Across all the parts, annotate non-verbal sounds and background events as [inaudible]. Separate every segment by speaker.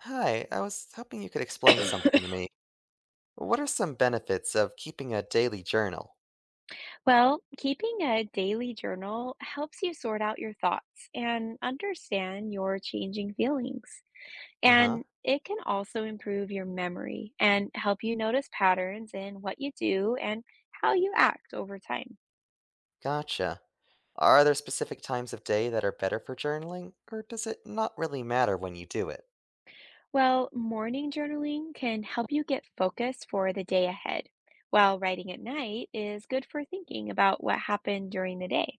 Speaker 1: Hi, I was hoping you could explain something to
Speaker 2: [coughs]
Speaker 1: me. What are some benefits of keeping a daily journal?
Speaker 2: Well, keeping a daily journal helps you sort out your thoughts and understand your changing feelings.
Speaker 1: Uh huh.
Speaker 2: And it can also improve your memory and help you notice patterns in what you do and how you act over time.
Speaker 1: Gotcha. Are there specific times of day that are better for journaling, or does it not really matter when you do it?
Speaker 2: Well, morning journaling can help you get focused for the day ahead, while writing at night is good for thinking about what happened during the day.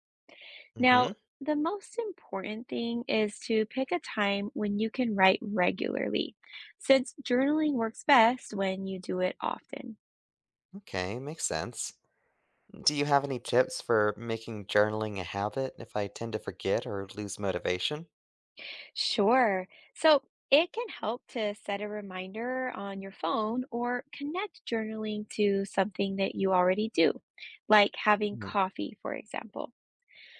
Speaker 1: Mm
Speaker 2: Now,
Speaker 1: hmm.
Speaker 2: the most important thing is to pick a time when you can write regularly, since journaling works best when you do it often.
Speaker 1: Okay, makes sense. Do you have any tips for making journaling a habit if I tend to forget or lose motivation?
Speaker 2: Sure. So it can help to set a reminder on your phone or connect journaling to something that you already do, like having
Speaker 1: Hmm.
Speaker 2: coffee, for example.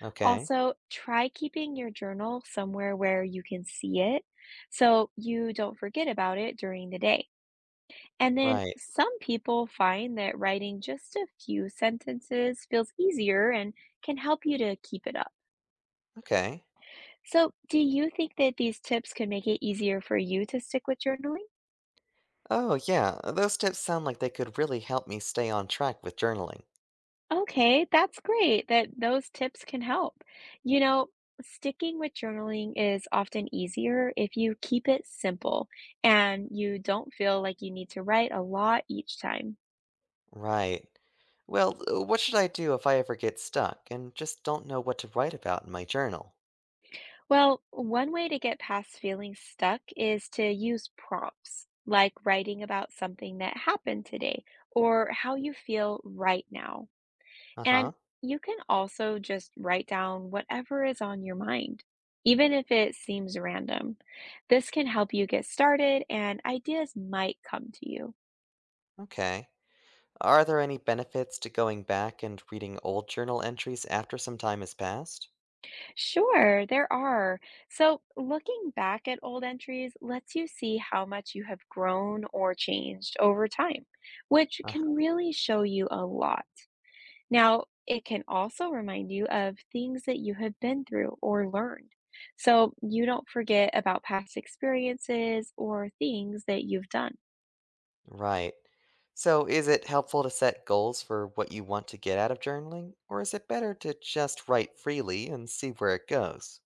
Speaker 1: Okay,
Speaker 2: Also, try keeping your journal somewhere where you can see it so you don't forget about it during the day. And then
Speaker 1: right.
Speaker 2: some people find that writing just a few sentences feels easier and can help you to keep it up.
Speaker 1: Okay.
Speaker 2: So, do you think that these tips could make it easier for you to stick with journaling?
Speaker 1: Oh, yeah, those tips sound like they could really help me stay on track with journaling.
Speaker 2: Okay, that's great that those tips can help. You know, sticking with journaling is often easier if you keep it simple and you don't feel like you need to write a lot each time.
Speaker 1: Right. Well, what should I do if I ever get stuck and just don't know what to write about in my journal?
Speaker 2: Well, one way to get past feeling stuck is to use prompts, like writing about something that happened today or how you feel right now.
Speaker 1: Uh
Speaker 2: And
Speaker 1: huh.
Speaker 2: you can also just write down whatever is on your mind, even if it seems random. This can help you get started and ideas might come to you.
Speaker 1: Okay. Are there any benefits to going back and reading old journal entries after some time has passed?
Speaker 2: Sure, there are. So, looking back at old entries lets you see how much you have grown or changed over time, which
Speaker 1: Uh,
Speaker 2: can really show you a lot. Now, it can also remind you of things that you have been through or learned. So, you don't forget about past experiences or things that you've done.
Speaker 1: right. So, is it helpful to set goals for what you want to get out of journaling, or is it better to just write freely and see where it goes?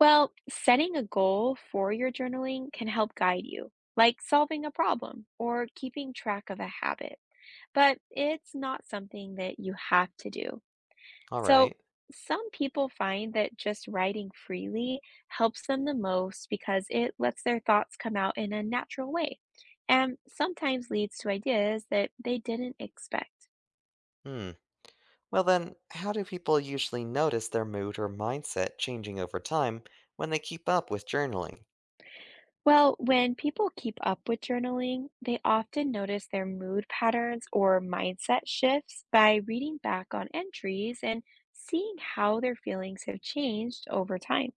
Speaker 2: Well, setting a goal for your journaling can help guide you, like solving a problem or keeping track of a habit, but it's not something that you have to do.
Speaker 1: All
Speaker 2: So,
Speaker 1: right.
Speaker 2: some people find that just writing freely helps them the most because it lets their thoughts come out in a natural way and sometimes leads to ideas that they didn't expect.
Speaker 1: Hmm. Well, then, how do people usually notice their mood or mindset changing over time when they keep up with journaling?
Speaker 2: Well, when people keep up with journaling, they often notice their mood patterns or mindset shifts by reading back on entries and seeing how their feelings have changed over time.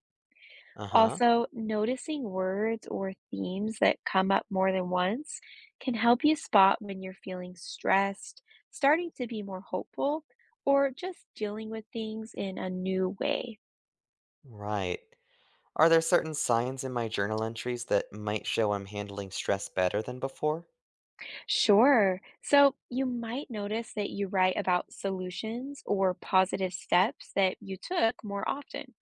Speaker 1: Uh huh.
Speaker 2: Also, noticing words or themes that come up more than once can help you spot when you're feeling stressed, starting to be more hopeful, or just dealing with things in a new way.
Speaker 1: Right. Are there certain signs in my journal entries that might show I'm handling stress better than before?
Speaker 2: Sure. So, you might notice that you write about solutions or positive steps that you took more often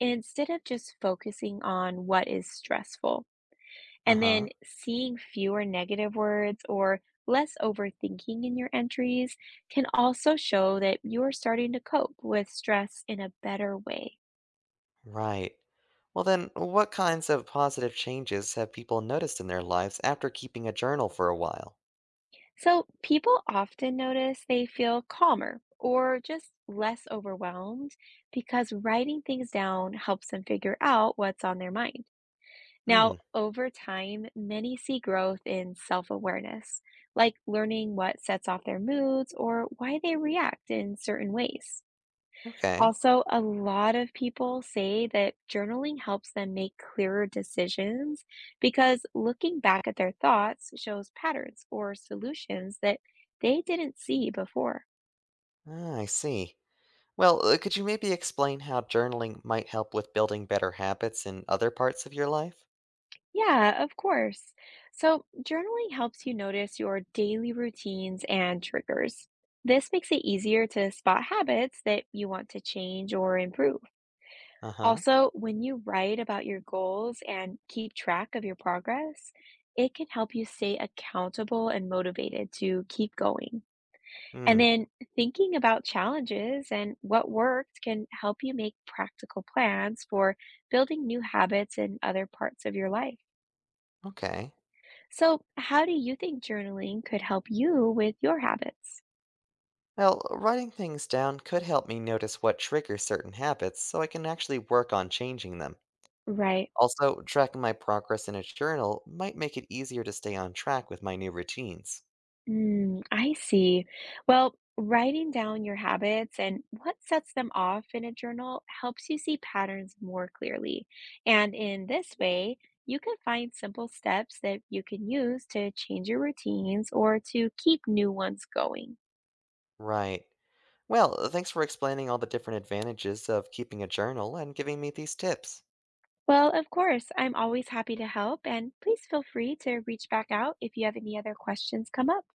Speaker 2: instead of just focusing on what is stressful.
Speaker 1: Uh
Speaker 2: And
Speaker 1: huh.
Speaker 2: then seeing fewer negative words or less overthinking in your entries can also show that you are starting to cope with stress in a better way.
Speaker 1: Right. Well, then, what kinds of positive changes have people noticed in their lives after keeping a journal for a while?
Speaker 2: So, people often notice they feel calmer or just less overwhelmed because writing things down helps them figure out what's on their mind.
Speaker 1: Hmm,
Speaker 2: Now, over time, many see growth in self awareness, like learning what sets off their moods or why they react in certain ways.
Speaker 1: okay.
Speaker 2: Also, a lot of people say that journaling helps them make clearer decisions because looking back at their thoughts shows patterns or solutions that they didn't see before.
Speaker 1: Ah, I see. Well, could you maybe explain how journaling might help with building better habits in other parts of your life?
Speaker 2: Yeah, of course. So, journaling helps you notice your daily routines and triggers. This makes it easier to spot habits that you want to change or improve.
Speaker 1: Uh huh.
Speaker 2: Also, when you write about your goals and keep track of your progress, it can help you stay accountable and motivated to keep going. And
Speaker 1: Hmm,
Speaker 2: then thinking about challenges and what worked can help you make practical plans for building new habits in other parts of your life.
Speaker 1: okay.
Speaker 2: So, how do you think journaling could help you with your habits?
Speaker 1: Well, writing things down could help me notice what triggers certain habits so I can actually work on changing them.
Speaker 2: Right.
Speaker 1: Also, tracking my progress in a journal might make it easier to stay on track with my new routines.
Speaker 2: Mm, I see. Well, writing down your habits and what sets them off in a journal helps you see patterns more clearly. And in this way, you can find simple steps that you can use to change your routines or to keep new ones going.
Speaker 1: Right. Well, thanks for explaining all the different advantages of keeping a journal and giving me these tips.
Speaker 2: Well, of course, I'm always happy to help, and please feel free to reach back out if you have any other questions come up.